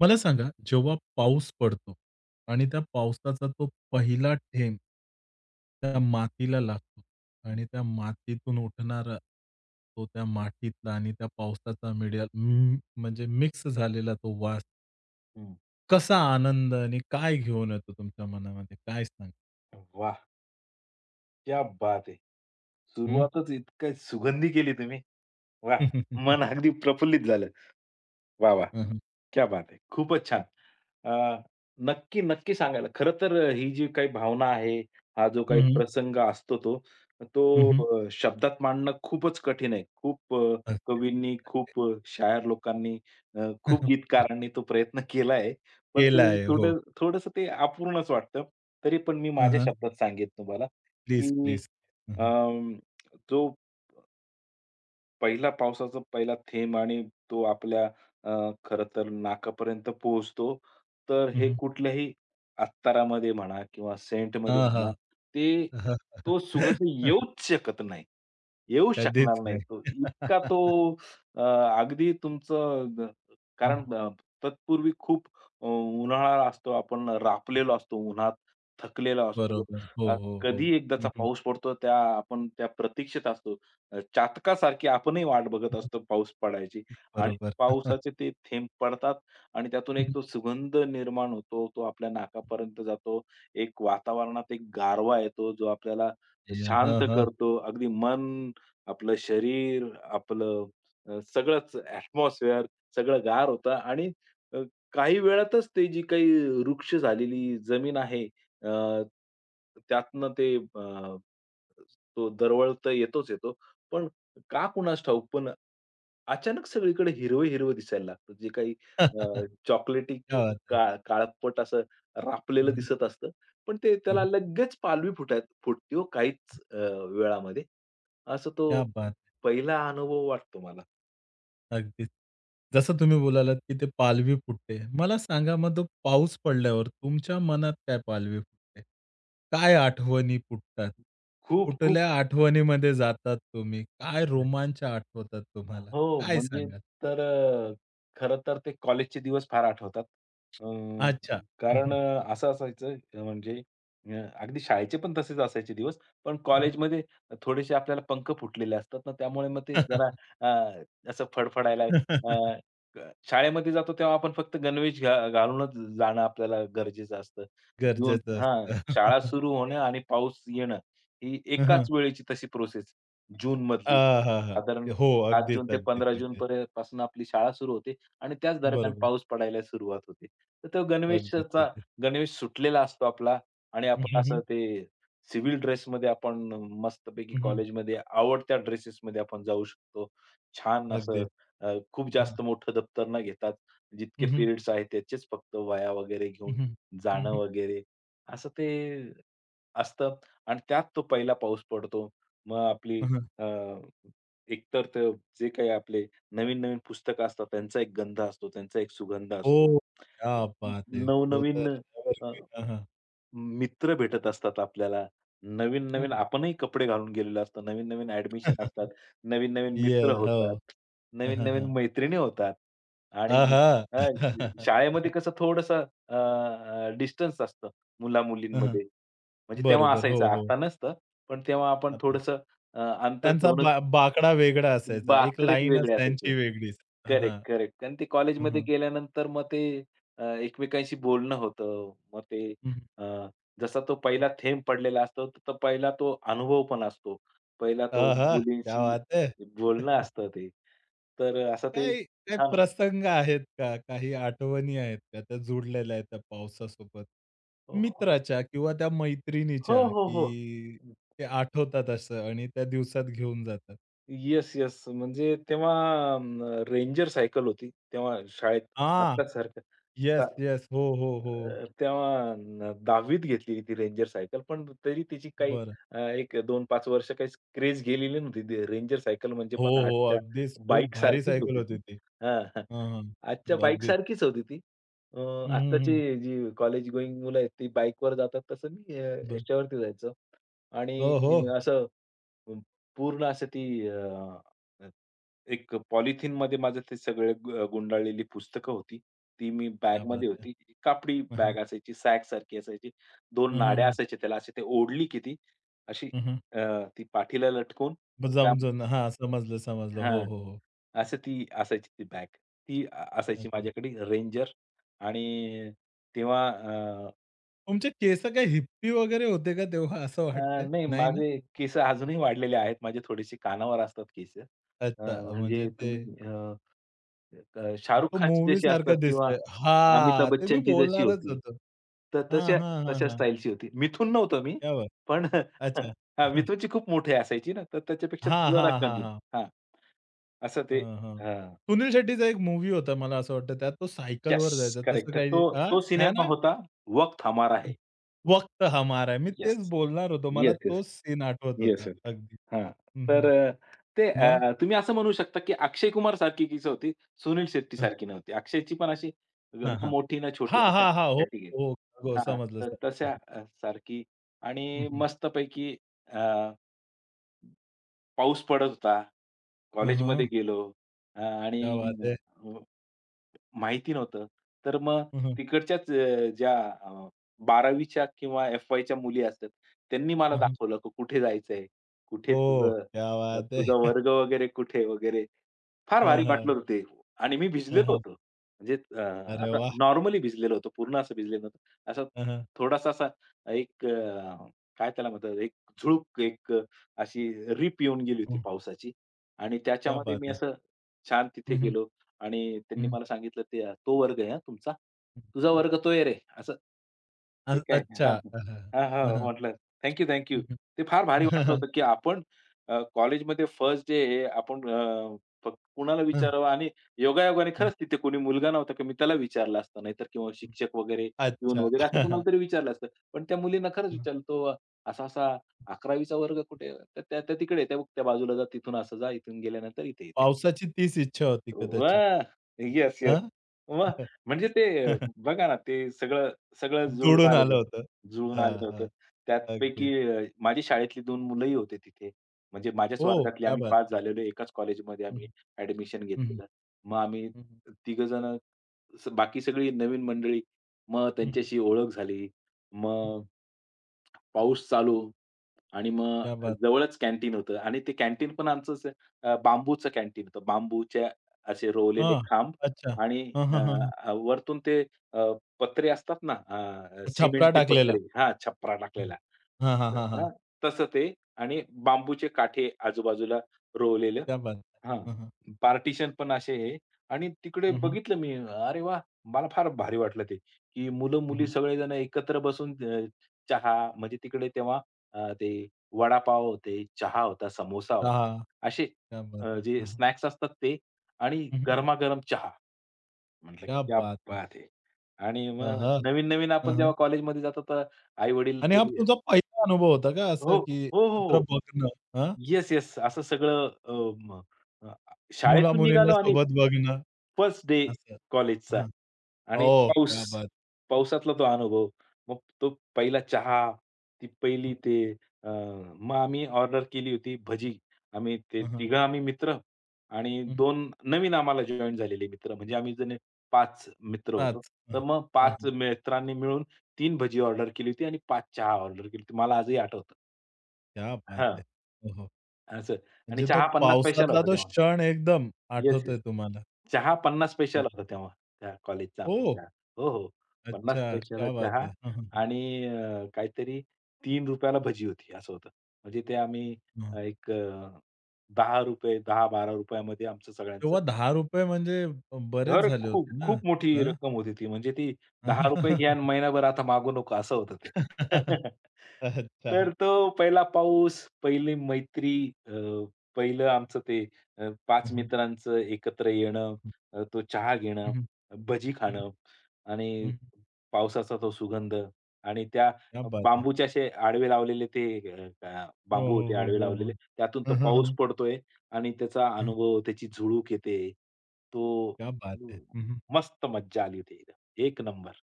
मला सांगा, जेव्हा पाऊस पडतो आणि त्या पावसाचा तो पहिला थेंब त्या हं, मातीला लागतो हं, आणि त्या मातीतून उठणारा तो त्या मातीतला आणि त्या पावसाचा मिडिया म्हणजे मिक्स झालेला तो वास, हं. कसा आनंद आणि काय घेऊन येतो तुमच्या मनामध्ये? काय सांगाल? वाह! क्या बात है! हं. सुरुवातच इतकी सुगंधी केली तुम्ही. वाह! मन अगदी प्रफुल्लित झालं. वाह, वाह! हं, हं. क्या बात है! खूपच छान. अ, नक्की सांगायला. खरं तर ही जी काही भावना आहे, हा जो काही हं, प्रसंग असतो तो, तो शब्दात मांडणं खूपच कठीण आहे. खूप अगदी. कवींनी, खूप शायर लोकांनी, खूप गीतकारांनी तो प्रयत्न केला आहे. पण केला ते हो. थोडंसं ते अपूर्णच वाटतं. तरी पण मी हं, माझ्या हं. शब्दात सांगेन तुम्हाला, प्लीज, की प्लीज. हं, हं. अं, जो पावसाचा पहिला थेंब आणि तो आपल्या अ, खरं तर नाकापर्यंत पोहोचतो. तर हं, हे हं. कुठल्याही अत्तारामध्ये म्हणा किंवा सेंटमध्ये हां, म्हणा, हां. ते तो सुगंध येऊच शकत नाही. येऊ कधीच शकणार नाही नाही. तो. इतका तो अ, अगदी तुमचं हं, कारण तत्पूर्वी खूप उन्हाळा असतो. आपण रापलेलो असतो उन्हात, थकलेला असतो. बरोबर. हो, हो, हो. कधी हं, एकदाचा हं, पाऊस पडतो त्या आपण त्या प्रतीक्षेत असतो. चातकासारखी आपणही वाट बघत हं, असतो पाऊस पडायची आणि बरोबर. पावसाचे ते थेंब पडतात आणि त्यातून एक हं, तो सुगंध निर्माण होतो. तो आपल्या नाकापर्यंत जातो. एक वातावरणात एक गारवा येतो, जो आपल्याला या हां, शांत हां. करतो. अगदी मन, आपलं शरीर, आपलं सगळंच ॲटमॉस्फिअर सगळं गार होतं आणि अ, काही वेळातच ते जी काही वृक्ष झालेली जमीन आहे, अ, त्यातनं ते तो दरवळत येतो. पण का कुणास ठाऊक, पण अचानक सगळीकडे हिरवं-हिरवं दिसायला लागतं. जे काही चॉकलेटी क्या किंवा बात है! काळपट असं हं, रापलेलं हं, दिसत असतं. पण ते त्याला लगेच पालवी फुटते हो काहीच वेळामध्ये. असं तो क्या बात है! पहिला अनुभव वाटतो मला. अगदीच. जसं तुम्ही बोलालात, की ते पालवी फुटते. मला सांगा मग तो पाऊस पडल्यावर तुमच्या मनात काय पालवी फुटते? काय आठवणी फुटतात? खूप खूप कुठल्या आठवणीमध्ये जातात तुम्ही? काय रोमांच आठवतात तुम्हाला? हो, काय म्हणजे सांगाल? तर खरं तर ते कॉलेजचे दिवस फार आठवतात. अ, अच्छा. कारण असं असायचं म्हणजे अ, अगदी शाळेचे पण तसेच असायचे दिवस, पण कॉलेजमध्ये थोडेसे आपल्याला पंख फुटलेले असतात ना, त्यामुळे मग ते जरा अ, असं फडफडायला शाळेमध्ये जातो तेव्हा आपण फक्त गणवेश घालूनच जाणं आपल्याला गरजेचं असतं. जून गरजेचं असतं. हां, शाळा सुरू होणं आणि पाऊस येणं ही हं, एकाच हं. वेळेची तशी प्रोसेस अ, जूनमधली. हां, हां. साधारण हो, 7 अगदीच, जून ते अगदीच, 15 जून अगदीच. पर्यंत पासून आपली शाळा सुरू होते आणि त्याच दरम्यान बरोबर. पाऊस पडायला सुरुवात होते. तर तो अगदीच, गणवेशाचा अगदीच. गणवेश सुटलेला असतो आपला आणि हं, आपण हं, हं. असं ते सिव्हिल ड्रेसमध्ये आपण मस्तपैकी हं, हं. कॉलेजमध्ये आवडत्या ड्रेसेसमध्ये आपण जाऊ शकतो. छान असं अगदीच. खूप हं, जास्त मोठं दप्तर न घेतात. हं, जितके हं, पिरियड्स आहेत त्याचेच फक्त वह्या वगैरे हं, घेऊन हं. हं, जाणं हं. वगैरे असं ते असतं आणि त्यात तो पहिला पाऊस पडतो. मग आपली हं, एकतर ते जे काही आपले नवीन-नवीन पुस्तकं असतात, त्यांचा एक गंध असतो, त्यांचा एक सुगंध असतो. हो. क्या बात न है! तो तर नवनवीन अ, एव्हरग्रीन. हां, हां. मित्र भेटत असतात आपल्याला. नवीन-नवीन हं. आपणही कपडे घालून गेलेलो असतो. नवीन-नवीन ॲडमिशन असतात. नवीन-नवीन मित्र येस. हो. होतात. हां, हां, नवीन-नवीन हां. मैत्रिणी होतात. आणि आहा! शाळेमध्ये कसं थोडंसं डिस्टन्स असतं हं, मुला-मुलींमध्ये. म्हणजे तेव्हा बरोबर. असायचं, हो, हो. आता नसतं. पण तेव्हा आपण आता थोडंसं अंतर त्यांचा ठेवूनच बाकडा वेगळा असायचा. एक बाकडेच लाईनच वेगळे असायचं. त्यांची वेगळीच. हां, करेक्ट, हां. करेक्ट. आणि ते हं, कॉलेजमध्ये हं. गेल्यानंतर मग ते एकमेकांशी बोलणं होतं. मग ते हं. अ, जसा तो पहिला थेंब पडलेला असतो, तर तो पहिला तो अनुभव पण असतो. पहिला तो अहा, क्या मुलींशी बात है! बोलणं असतं ते. तर असं ते काही काही छान होतं. प्रसंग आहेत का? काही आठवणी आहेत का त्या जुडलेल्या आहेत त्या पावसासोबत? हो, मित्राच्या किंवा त्या हो, मैत्रिणीच्या हो, हो. की ते आठवतात असं आणि त्या दिवसात घेऊन जातात? Yes, yes. म्हणजे तेव्हा रेंजर सायकल होती. तेव्हा शाळेत हां. आत्तासारखं सा येस, येस. हो, हो, हो. तेव्हा 10वीत घेतलेली ती रेंजर सायकल. पण तरी तिची काही बर, 1-2-5 वर्ष काहीच क्रेझ गेलेली नव्हती. ती रेंजर सायकल म्हणजे हो, पण हो. आजच्या अगदीच खूप भारी बाईकसारखीच सायकल होती होती ती. ती. हां. हां, आजच्या हां. बाईक अगदीच. सारखीच होती ती. अ, हं, आत्ताची हं, जी कॉलेज गोइंग मुलं आहेत, ती बाईकवर जातात तसं मी ब याच्यावरती जायचो हो, हो. आणि असं अं, पूर्ण असं ती अं, अ, एक पॉलिथिनमध्ये माझं ते सगळे गुंडाळलेली पुस्तकं होती. ती मी क्या बात बॅगमध्ये है! होती. कापडी हं, हं. बॅग असायची, सॅकसारखी असायची. 2 हं, नाड्या हं, असायच्या त्याला. अशी ते ओढली की ती अशी अ, ती पाठीला लटकून त्या समजून हां, समजलं, समजलं. हो, हां. हो, हो. असं ती असायची ती बॅग. ती असायची अच्छा. माझ्याकडे रेंजर आणि तेव्हा अ, तुमचे केस काही हिप्पी वगैरे होते का तेव्हा असं अ, वाटतंय? नाही नाही ना? माझे केस अजूनही वाढलेले आहेत. माझे थोडेसे कानावर असतात केस. अच्छा म्हणजे म्हणजे ते तुम्ही अ, अ, शाहरुख तो खानची मूव्ही जशी असतात सारखं किंवा दिसतंय. अमिताभ हां, ते मी बच्चनची जशी बोलणारच होती. होतो. तर हां, तशा हां, हां, तशा हां. स्टाईलची होती. मिथून नव्हतो मी, क्या बात! पण अच्छा. हां, मिथूनची खूप मोठे असायची ना, तर त्याच्यापेक्षा हां, जरा हां, हां, कमी. हां. हां, असं ते हं, हं. हां. सुनील शेट्टीचा एक मूव्ही होता मला असं वाटतं त्यात तो येस, सायकलवर जायचा तसं करेक्ट. काही तो हां, तो है सिनेमा ना? होता वक्त हमारा है. वक्त हमारा है. मी येस. तेच बोलणार होतो. मला येस, येस. तोच सीन आठवत येस, होता येस. अगदी. हां. हं, तर हं. ते मग? तुम्ही असं म्हणू शकता, की अक्षय कुमार सारखी कीच होती, सुनील शेट्टी सारखी नव्हती. अक्षयची पण अशी हां, ना हां. मोठी ना छोटी हां, हां, अशा हां. हो, कॅटेगरी. हो. हो हां, समजलं, तर समजलं. तशा सारखी हुँ, आणि हुँ। मस्तपैकी अ, पाऊस पडत होता. हाँ, कॉलेजमध्ये हाँ। गेलो आणि क्या बात है! माहिती नव्हतं. तर मग हाँ, हाँ, तिकडच्याच ज्या अ, 12वीच्या किंवा एफ-वायच्या मुली असतात, त्यांनी मला हाँ, हाँ। दाखवलं की कुठे जायचंय, कुठे ओह! तुझं क्या बात तुझा है! वर्ग वगैरे कुठे वगैरे. फार हाँ, भारी वाटलं हाँ, होतं ते आणि मी हाँ, भिजलेलो हाँ। होतो. म्हणजे अरे आता वाह! नॉर्मली भिजलेलो होतो. पूर्ण असं भिजलेलो नव्हतो. असा हाँ, हाँ। थोडासा असा एक काय त्याला म्हणतात, एक झुळूक एक अशी रिप येऊन गेली होती हुँ, पावसाची आणि क्या त्याच्यामध्ये बात मी है! असं छान तिथे हुँ, हुँ, गेलो. आणि हुँ, त्यांनी हुँ, मला सांगितलं ते "तो वर्ग आहे हां तुमचा? हुँ, तुझा हुँ। वर्ग तो आहे रे." असं अ ते काय अच्छा, हां, हाँ, हाँ, हां, हाँ, हां. हाँ, म्हटलं थँक यू, थँक हुँ, ते फार हुँ, भारी हाँ, वाटलं हाँ, होतं, की आपण कॉलेजमध्ये फर्स्ट डे आहे आपण फक्त कुणाला हं, विचारावं आणि योगायोगाने हं, हं. खरंच तिथे कोणी मुलगा नव्हता, की मी त्याला विचारलं असतं नाहीतर किंवा शिक्षक वगैरे येऊन अच्छा. वगैरे असं हं. हं. कोणाला तरी विचारलं असतं. पण त्या मुलीनं खरंच हं. विचारलं, "तो असा-असा 11वी चा वर्ग कुठे आहे?" तर त्या त्या तिकडे आहे, "त्या त्या बाजूला जा, तिथून असं जा, इथून गेल्यानंतर इथे, इथे." पावसाची तीच इच्छा होती कदाचित. वाह! Yes, yes. हां? मग म्हणजे ते बघा ना, ते सगळं सगळं जुळून जुळून आलं आलेलं होतं. जुळून हां, आलेलं हां. होतं. अगदीच. त्यातपैकी माझी शाळेतली 2 मुलंही होते तिथे. म्हणजे माझ्याच ओह! वर्गातले क्या आम्ही बात 5 है! झालेलो. एकाच कॉलेजमध्ये हं, आम्ही हं, ॲडमिशन हं, घेतलेलं. मग आम्ही हं, हं, तिघं जण बाकी सगळी नवीन मंडळी. मग हं. त्यांच्याशी ओळख झाली. हं. मग पाऊस चालू आणि क्या मग बात है! जवळच कॅन्टीन होतं आणि ते कॅन्टीन पण आमचं असं बांबूचं कॅन्टीन होतं. बांबूच्या असे रोवलेले हां. खांब अच्छा. आणि हां, अ, हां, हां, हां. अ, वरतून ते अ, पत्रे असतात ना छपरा सिमेंटचे पत्रे टाकलेला. हां, छपरा हं. टाकलेला. हां, हां, हां, हां. हां, तसं ते आणि बांबूचे काठे आजूबाजूला रोवलेलं. क्या बात है! हां. हं, हं. पार्टिशन पण असे आहे आणि तिकडे हं, हं. बघितलं मी, अरे वा, मला फार भारी वाटलं ते, की हं, मुलं-मुली हं. सगळेजण एकत्र बसून चहा म्हणजे तिकडे तेव्हा ते वडापाव होते, चहा होता, समोसा होता. हां, असे क्या बात है! जे हं, हं. स्नॅक्स असतात ते आणि हं, हं. गरमागरम चहा. म्हटलं क्या क्या बात है! बात है! आणि हां, मग हां. नवीन-नवीन हं, आपण हं. जेव्हा कॉलेजमध्ये जातो तर आई-वडील आणि ते हा तुमचा पहिला अनुभव होता का असं, हो, हो, की हो, एकत्र हो. बघणं? हां, येस, येस. असं सगळं अ, शाळेतून मुला-मुलींना निघालो आणि सोबत बघणं फर्स्ट डे असं? कॉलेजचा हां. आणि ओह! पाऊस, क्या बात! पावसातला तो अनुभव. मग तो पहिला चहा, ती हं, पहिली ते मग आम्ही ऑर्डर केली होती भजी. आम्ही ते हं, हं. तिघं आम्ही मित्र आणि हं, हं. 2 नवीन आम्हाला जॉइन झालेले मित्र म्हणजे आम्ही जण पाच मित्र होतो. पाच. तर हं, मग हं, 5 हं. मित्रांनी मिळून 3 भजी ऑर्डर केली होती आणि 5 चहा ऑर्डर केली होती. मला आजही आठवतं. क्या बात हां, है! हो, हो. असं आणि म्हणजे तो चहा 50 पैशाला पावसातला होता तो तेव्हा. क्षण एकदम येस. आठवतोय तुम्हाला. चहा 50 पैशाला होता तेव्हा, त्या कॉलेजचा आमचा ओह! चहा. हो, हो. 50 अच्छा. पैशाला क्या बात चहा है! हं, हं, हं. आणि काहीतरी ₹3 भजी होती असं होतं. म्हणजे ते आम्ही हं, हं. एक ₹10 ₹10-12 मध्ये आमचं सगळ्यांचं तेव्हा ₹10 म्हणजे बरेच घर झाले खूप, होते ना? खूप मोठी हां. रक्कम होती ती. म्हणजे ती ₹10 घ्या आणि महिनाभर आता मागू नको असं होतं ते. अच्छा. तर तो पहिला पाऊस, पहिली मैत्री, अ, पहिलं आमचं ते हं, 5 हं. मित्रांचं एकत्र येणं, हं. तो चहा घेणं, भजी हं, हं. खाणं हं, आणि हं. पावसाचा तो सुगंध आणि त्या क्या बात है! बांबूचे असे आडवे लावलेले ते अ, अ, हो, बांबू हो, होते हो, आडवे हो, हो. लावलेले. त्यातून तो हं, हं, पाऊस हं. पडतोय आणि त्याचा हं. अनुभव, त्याची झुळूक येते. तो क्या बात है! हं, हं. हं. मस्त मज्जा आली होती एकदम. एक नंबर.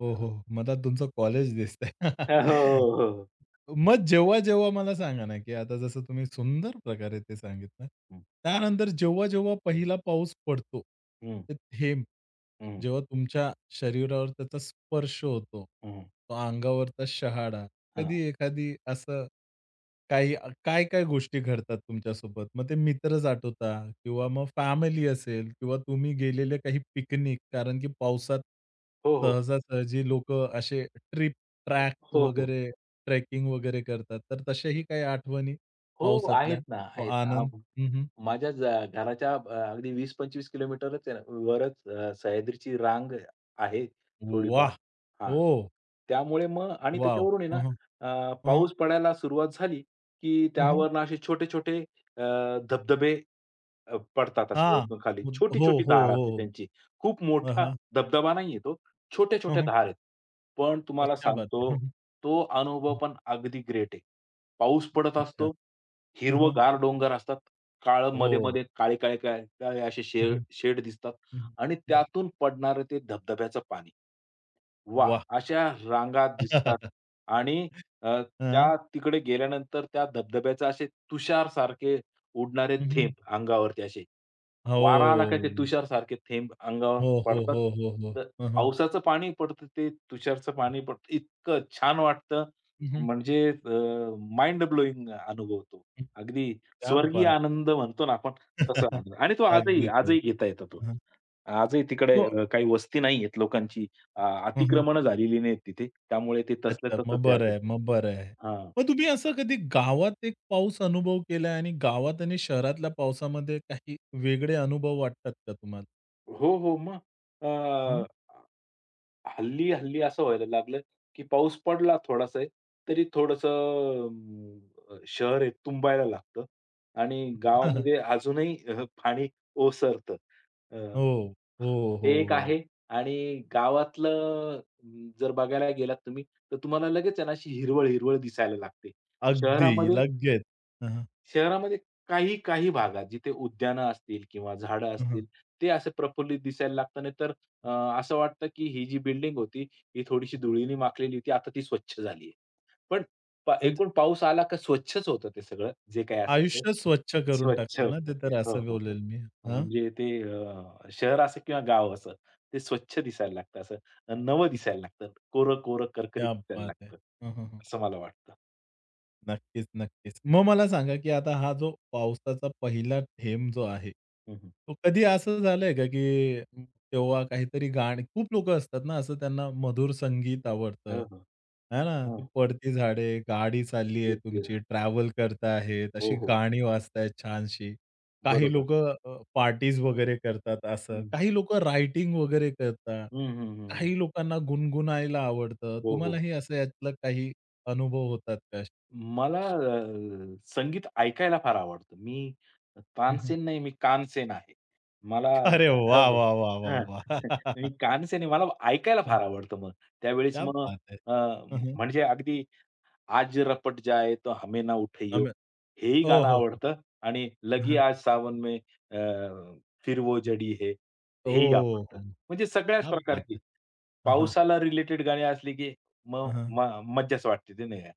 हो, हो. मला तुमचं कॉलेज दिसतंय. हो, हो. मग जेव्हा-जेव्हा मला सांगा ना, की आता जसं तुम्ही सुंदर प्रकारे ते सांगितलं. हं, त्यानंतर जेव्हा-जेव्हा पहिला पाऊस पडतो, हं, ते थेंब हं, जेव्हा तुमच्या शरीरावर त्याचा स्पर्श होतो, हं. तो अंगावरचा शहाडा, कधी हां. एखादी असं काही काय-काय गोष्टी घडतात तुमच्यासोबत? मग ते मित्रच आठवता किंवा मग फॅमिली असेल किंवा तुम्ही गेलेले काही पिकनिक कारण की पावसात हो, हो. सहजासहजी लोकं असे ट्रिप, ट्रॅक्स हो, हो. वगैरे, ट्रेकिंग वगैरे करतात. तर तशाही काही आठवणी हो, पावसातल्या? आहेत ना, तो आहेत ना. हां, आनंद. हं, हं. माझ्या घराच्या अगदी 20-25 किलोमीटरच आहे ना, वरच सह्याद्रीची रांग आहे थोडीफार. वाह! हां. हो. त्यामुळे मग आणि वॉव! त्याच्यावरून आहे हं, ना हं. हं, हं. पाऊस पडायला सुरुवात झाली, की हं, हं. त्यावरनं असे छोटे-छोटे अ, धबधबे पडतात असं हां. वरतून खाली. हो, छोटी-छोटी हो, धार असते हो. त्यांची. खूप हां, मोठा हां. धबधबा नाहीये तो. हं, छोट्या-छोट्या हं. धार आहेत. पण तुम्हाला क्या बात है! सांगतो, हं, तो अनुभव हं. पण अगदी ग्रेट आहे. पाऊस पडत अच्छा. असतो, हं, हं. हिरवंगार डोंगर असतात, हो. मध्ये-मध्ये काळे, काळे, काळे, काळे असे हं, शेड हं. शेड दिसतात हं, आणि हं. हं. त्यातून पडणारं ते धबधब्याचं पाणी. वाह! वाह! अशा रांगा दिसतात आणि अ, त्या तिकडे गेल्यानंतर त्या धबधब्याचे असे तुषारसारखे उडणारे हं, हं. थेंब अंगावरती असे वारा आला का ते हो. तुषारसारखे थेंब अंगावर हो, हो, पडतात. हो, हो, हो. तर हं, हं. पावसाचं पाणी पडतं ते तुषारचं पाणी पडतं. इतकं छान वाटतं हं, हं. म्हणजे माइंड ब्लोईंग अनुभव तो. अगदी क्या स्वर्गीय बात! आनंद म्हणतो ना आपण तसा आनंद आणि तो आजही अगदीच आहे. आजही घेता येतो तो. हं, आजही तिकडे हो. काही वस्ती नाहीयेत लोकांची. हं, हं. अतिक्रमणं झालेली नाहीत तिथे. त्यामुळे ते तसल्या अच्छा. तसंच मग आहे बरं अजून. आहे, मग बरं आहे. हां. मग तुम्ही असं कधी गावात एक पाऊस अनुभव केलाय आणि गावात आणि शहरातल्या पावसामध्ये काही वेगळे अनुभव वाटतात का तुम्हाला? हो, हो. मग हं. अ, हल्ली असं व्हायला लागलं, की पाऊस पडला थोडासाही, तरी थोडंसं शहर आहे तुंबायला लागतं आणि गावामध्ये अजूनही पाणी ओसरतं. अ, हो. हो, ते हो, एक हो. आहे आणि गावातलं जर बघायला गेलात तुम्ही, तर तुम्हाला लगेच आहे ना, अशी हिरवळ-हिरवळ दिसायला लागते. अगदी शहरामध्ये लगेच. हं, हं. शहरामध्ये काही भागात जिथे उद्यानं असतील किंवा झाडं असतील, ते असे प्रफुल्लित दिसायला लागतं. नाही तर अ, असं वाटतं, की ही जी बिल्डिंग होती, ही थोडीशी धुळीने माखलेली होती, आता ती स्वच्छ झाली आहे. पण म्हणजे एकूण पाऊस आला का स्वच्छच होतं ते सगळं, जे काही असेल ते आयुष्य स्वच्छ करून स्वच्छ टाकतं ना, होतं ते ते. तर हो, असं हो, हो. बोलेल मी. हां. म्हणजे ते शहर असो किंवा गाव असो, ते स्वच्छ दिसायला लागतं, असं नवं दिसायला लागतं. कोरं-कोरं, करकरीत क्या दिसायला बात है! लागतं, हं, हं, हं. असं मला वाटतं. नक्कीच, नक्कीच. मग मला सांगा, की आता हा जो पावसाचा पहिला थेंब जो आहे, हं, हं. तो कधी असं झालंय का, की तेव्हा काहीतरी गाणी खूप लोकं असतात ना, असं त्यांना मधुर संगीत हो, आवडतं, हो. आहे ना? ती पडती झाडे, गाडी चालली आहे येस, तुमची, येस. ट्रॅव्हल करता आहेत, हो, अशी हो. गाणी वाजतायत छानशी. काही बरोबर. लोकं पार्टीज वगैरे करतात असं. हं. काही लोकं रायटिंग वगैरे करतात. हं, हं, हं, हं. काही लोकांना गुणगुणायला आवडतं. हो, हो. तुम्हालाही असं यातलं काही अनुभव होतात त्या असे. मला संगीत ऐकायला फार आवडतं. मी हं, हं. तानसेन नाही, मी कानसेन आहे. मला अरे हो, वाह, हो. वाह, वाह, वाह, हां. मी वाह! कानसेन आहे. मला ऐकायला फार आवडतं मग. त्यावेळेस क्या मग बात है! अ, हं, हं. म्हणजे अगदी आज रपट जाए तो हमें ना उठैयो आम्ही हेही हो, गाणं हो, हो. आवडतं आणि हं, लगी हं. आज सावन में फिर वो जडी है हेही ओह! आवडतं. हो. म्हणजे सगळ्याच क्या बात प्रकारची है! हं, हं. पावसाला रिलेटेड गाणी असली, की मग हं, हं. मज्जाच वाटते ते नाही का?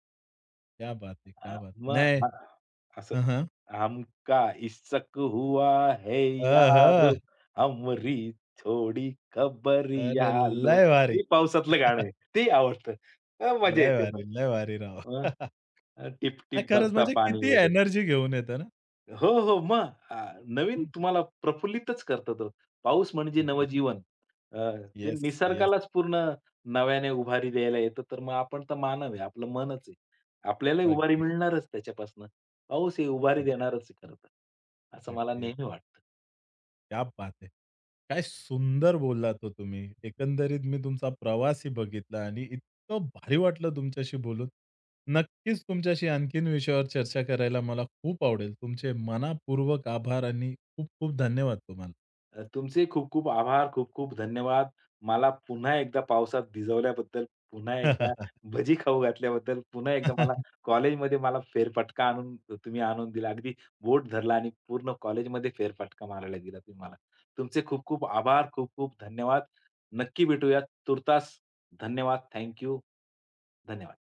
क्या बात है! क्या बात है! नाही. मग असं हं, हं. हमका इसक हुआ है यारो, अहं, हमरी थोडी खबर अरे यालो. लय भारी! हे पावसातलं गाणं आहे. ते आवडतं. मजा लय येते भारी, मग. लय भारी राव! अ, नाही टिप-टिप खरंच बरसा म्हणजे पाणी किती वगैरे. एनर्जी घेऊन येतं ना? हो, हो. मग नवीन तुम्हाला प्रफुल्लितच करतो तो. पाऊस म्हणजे नवजीवन. अ, ते येस, येस. निसर्गालाच पूर्ण नव्याने उभारी द्यायला येतं. तर मग आपण तर मानव आहे. आपलं मनच आहे. आपल्यालाही उभारी अगदी, मिळणारच त्याच्यापासनं. पाऊस हे उभारी अगदी, देणारच आहे खरं तर. असं मला अगदी. नेहमी वाटतं. क्या बात है! काय सुंदर बोललात हो तुम्ही. एकंदरीत मी तुमचा प्रवासही बघितला आणि इतकं भारी वाटलं तुमच्याशी बोलून. नक्कीच तुमच्याशी आणखीन विषयावर चर्चा करायला मला खूप आवडेल. तुमचे मनःपूर्वक आभार आणि खूप खूप धन्यवाद तुमचे खूप-खूप आभार, खूप-खूप धन्यवाद. मला पुन्हा एकदा पावसात भिजवल्याबद्दल, पुन्हा एकदा तुम्हाला. भजी खाऊ घातल्याबद्दल, पुन्हा एकदा कॉलेजमध्ये मला फेरफटका तुम्ही आणून दिला. अगदी बोट धरला आणि पूर्ण कॉलेजमध्ये फेरफटका मारायला दिला तुम्ही मला. तुमचे खूप-खूप आभार, खूप-खूप धन्यवाद. नक्की भेटूयात. तुर्तास धन्यवाद. Thank you. धन्यवाद.